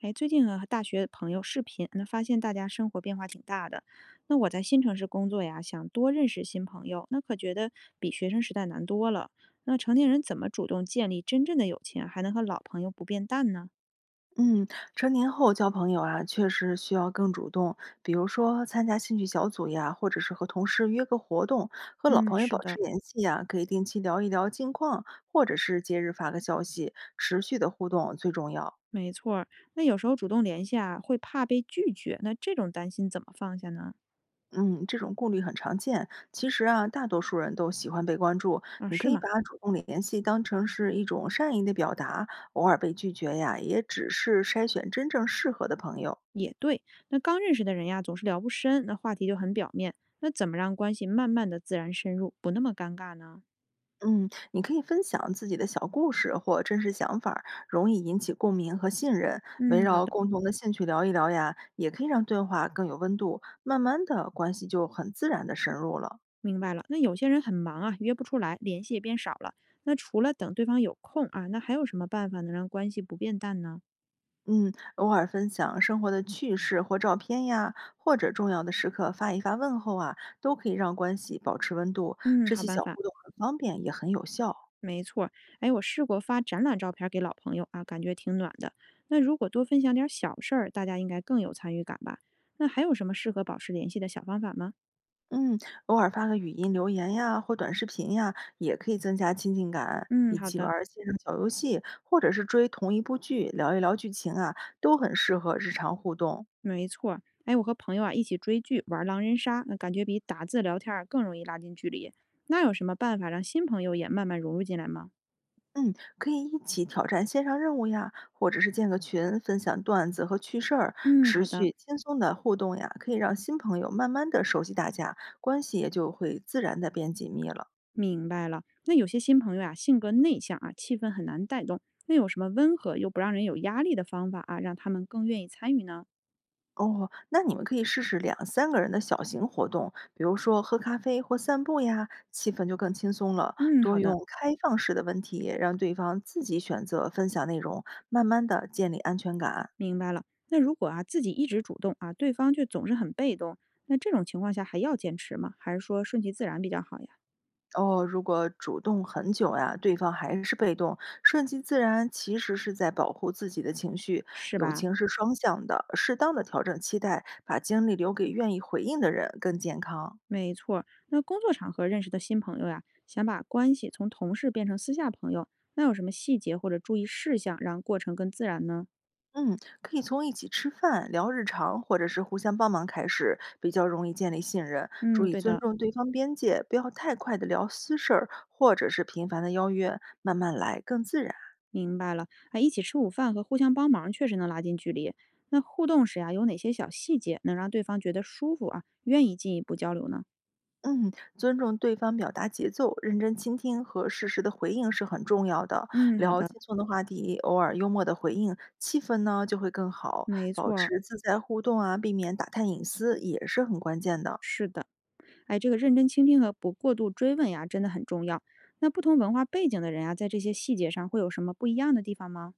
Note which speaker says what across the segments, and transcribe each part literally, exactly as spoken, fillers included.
Speaker 1: 哎，最近和大学朋友视频，那发现大家生活变化挺大的。那我在新城市工作呀，想多认识新朋友，那可觉得比学生时代难多了。那成年人怎么主动建立真正的友情啊还能和老朋友不变淡呢？
Speaker 2: 嗯，成年后交朋友啊，确实需要更主动，比如说参加兴趣小组呀，或者是和同事约个活动，和老
Speaker 1: 嗯，
Speaker 2: 朋友
Speaker 1: 是
Speaker 2: 保
Speaker 1: 的，
Speaker 2: 持联系呀，可以定期聊一聊近况，或者是节日发个消息，持续的互动最重要。
Speaker 1: 没错儿。那有时候主动联系啊，会怕被拒绝，那这种担心怎么放下呢？
Speaker 2: 嗯，这种顾虑很常见。其实啊，大多数人都喜欢被关注，
Speaker 1: 啊，
Speaker 2: 你可
Speaker 1: 是
Speaker 2: 以
Speaker 1: 吗？
Speaker 2: 把主动联系当成是一种善意的表达，偶尔被拒绝呀，也只是筛选真正适合的朋友。
Speaker 1: 也对。那刚认识的人呀，总是聊不深，那话题就很表面。那怎么让关系慢慢的自然深入，不那么尴尬呢？
Speaker 2: 嗯，你可以分享自己的小故事或真实想法儿容易引起共鸣和信任。围
Speaker 1: 嗯，好
Speaker 2: 绕
Speaker 1: 的。
Speaker 2: 共同的兴趣聊一聊呀，也可以让对话更有温度。慢慢的，关系就很自然的深入了。
Speaker 1: 明白了，那有些人很忙啊，约不出来，联系也变少了。那除了等对方有空啊，那还有什么办法能让关系不变淡呢？
Speaker 2: 嗯，偶尔分享生活的趣事或照片呀，或者重要的时刻发一发问候啊，都可以让关系保持温度。
Speaker 1: 嗯，
Speaker 2: 这
Speaker 1: 好
Speaker 2: 些
Speaker 1: 办
Speaker 2: 小
Speaker 1: 法，
Speaker 2: 互动很方便，也很有效。
Speaker 1: 没错儿。哎，我试过发展览照片儿给老朋友啊，感觉挺暖的。那如果多分享点儿小事儿，大家应该更有参与感吧？那还有什么适合保持联系的小方法吗？
Speaker 2: 嗯，偶尔发个语音留言呀，或短视频呀，也可以增加亲近感。
Speaker 1: 嗯，
Speaker 2: 一
Speaker 1: 好
Speaker 2: 起玩
Speaker 1: 的，
Speaker 2: 儿线上小游戏，或者是追同一部剧，聊一聊剧情啊，都很适合日常互动。
Speaker 1: 没错儿。哎，我和朋友啊一起追剧，玩狼人杀，那感觉比打字聊天儿更容易拉近距离。那有什么办法让新朋友也慢慢融入进来吗？
Speaker 2: 嗯，可以一起挑战线上任务呀，或者是建个群，分享段子和趣事儿，
Speaker 1: 嗯，
Speaker 2: 持
Speaker 1: 好的。
Speaker 2: 续轻松的互动呀，可以让新朋友慢慢的熟悉大家，关系也就会自然的变紧密了。
Speaker 1: 明白了，那有些新朋友啊，性格内向啊，气氛很难带动。那有什么温和又不让人有压力的方法啊，让他们更愿意参与呢？
Speaker 2: 哦，那你们可以试试两三个人的小型活动，比如说喝咖啡或散步呀，气氛就更轻松了。
Speaker 1: 嗯，
Speaker 2: 多
Speaker 1: 好的，
Speaker 2: 用开放式的问题，让对方自己选择分享内容，慢慢的建立安全感。
Speaker 1: 明白了。那如果啊自己一直主动啊，对方却总是很被动，那这种情况下还要坚持吗？还是说顺其自然比较好呀？
Speaker 2: 哦，如果主动很久呀，对方还是被动，顺其自然，其实是在保护自己的情绪。
Speaker 1: 是
Speaker 2: 友
Speaker 1: 吧？
Speaker 2: 情是双向的，适当的调整期待，把精力留给愿意回应的人，更健康。
Speaker 1: 没错儿。那工作场合认识的新朋友呀、想把关系从同事变成私下朋友，那有什么细节或者注意事项让过程更自然呢？
Speaker 2: 嗯，可以从一起吃饭、聊日常，或者是互相帮忙开始，比较容易建立信任。注
Speaker 1: 嗯，
Speaker 2: 意
Speaker 1: 对
Speaker 2: 尊
Speaker 1: 的。
Speaker 2: 重对方边界，不要太快的聊私事儿，或者是频繁的邀约，慢慢来更自然。
Speaker 1: 明白了，哎，一起吃午饭和互相帮忙确实能拉近距离。那互动时呀，有哪些小细节能让对方觉得舒服啊，愿意进一步交流呢？
Speaker 2: 嗯，尊重对方表达节奏，认真倾听和适时的回应是很重要的。
Speaker 1: 嗯，好
Speaker 2: 聊
Speaker 1: 的，
Speaker 2: 轻松的话题，偶尔幽默的回应，气氛呢就会更好。
Speaker 1: 没
Speaker 2: 保
Speaker 1: 错儿，
Speaker 2: 持自在互动啊，避免打探隐私也是很关键的。
Speaker 1: 是的，哎，这个认真倾听和不过度追问呀，真的很重要。那不同文化背景的人呀，在这些细节上会有什么不一样的地方吗？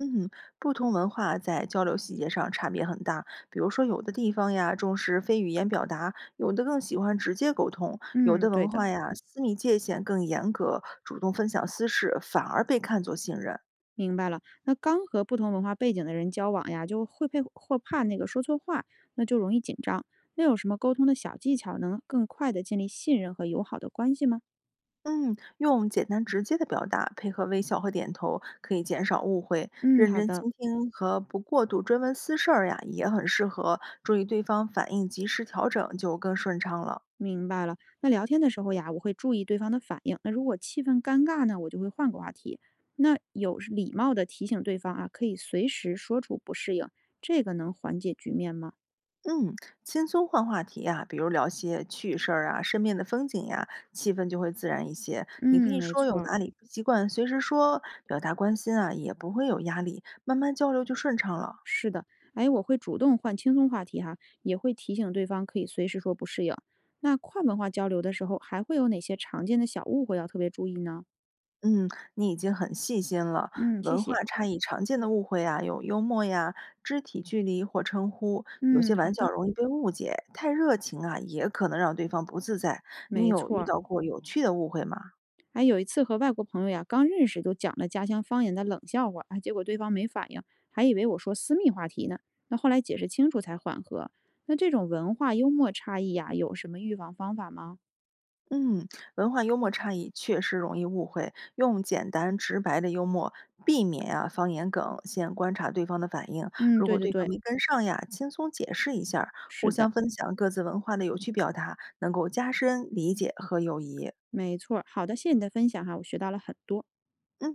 Speaker 2: 嗯，不同文化在交流细节上差别很大。比如说，有的地方呀重视非语言表达，有的更喜欢直接沟通，有
Speaker 1: 嗯，
Speaker 2: 的
Speaker 1: 对
Speaker 2: 文
Speaker 1: 的，
Speaker 2: 化嗯呀私密界限更严格，主动分享私事反而被看作信任。
Speaker 1: 明白了。那刚和不同文化背景的人交往呀，就会配或怕那个说错话，那就容易紧张。那有什么沟通的小技巧能更快的建立信任和友好的关系吗？
Speaker 2: 嗯，用简单直接的表达，配合微笑和点头，可以减少误会。
Speaker 1: 嗯，
Speaker 2: 认
Speaker 1: 好
Speaker 2: 真
Speaker 1: 的，
Speaker 2: 倾听和不过度追问私事儿呀，也很适合。注意对方反应，及时调整，就更顺畅了。
Speaker 1: 明白了。那聊天的时候呀，我会注意对方的反应。那如果气氛尴尬呢，我就会换个话题。那有是礼貌的提醒对方啊，可以随时说出不适应，这个能缓解局面吗？
Speaker 2: 嗯，轻松换话题啊，比如聊些趣事儿啊，身边的风景呀、气氛就会自然一些。你可
Speaker 1: 嗯，
Speaker 2: 以
Speaker 1: 没
Speaker 2: 说
Speaker 1: 错
Speaker 2: 有
Speaker 1: 儿，
Speaker 2: 哪里不习惯，随时说，表达关心啊，也不会有压力，慢慢交流就顺畅了。
Speaker 1: 是的。哎，我会主动换轻松话题哈，也会提醒对方可以随时说不适应。那跨文化交流的时候，还会有哪些常见的小误会要特别注意呢？
Speaker 2: 嗯，你已经很细心了。
Speaker 1: 嗯，谢
Speaker 2: 文化
Speaker 1: 谢。
Speaker 2: 差异常见的误会啊，有幽默呀、肢体距离或称呼，有些
Speaker 1: 嗯，好
Speaker 2: 玩笑
Speaker 1: 的，
Speaker 2: 容易被误解，太热情啊，也可能让对方不自在。你
Speaker 1: 没
Speaker 2: 有
Speaker 1: 错
Speaker 2: 遇
Speaker 1: 儿。
Speaker 2: 到过有趣的误会吗？
Speaker 1: 还有一次和外国朋友呀，刚认识就讲了家乡方言的冷笑话，啊，结果对方没反应，还以为我说私密话题呢。那后来解释清楚才缓和。那这种文化幽默差异呀，有什么预防方法吗？
Speaker 2: 嗯，文化幽默差异确实容易误会，用简单直白的幽默避免啊方言梗，先观察对方的反应。
Speaker 1: 嗯，
Speaker 2: 如
Speaker 1: 对
Speaker 2: 果
Speaker 1: 对
Speaker 2: 对方
Speaker 1: 对，
Speaker 2: 没跟上呀，轻松解释一下儿互
Speaker 1: 是
Speaker 2: 相
Speaker 1: 的，
Speaker 2: 分享各自文化的有趣表达，能够加深理解和友谊。
Speaker 1: 没错儿。好的，谢谢你的分享哈，我学到了很多。
Speaker 2: 嗯。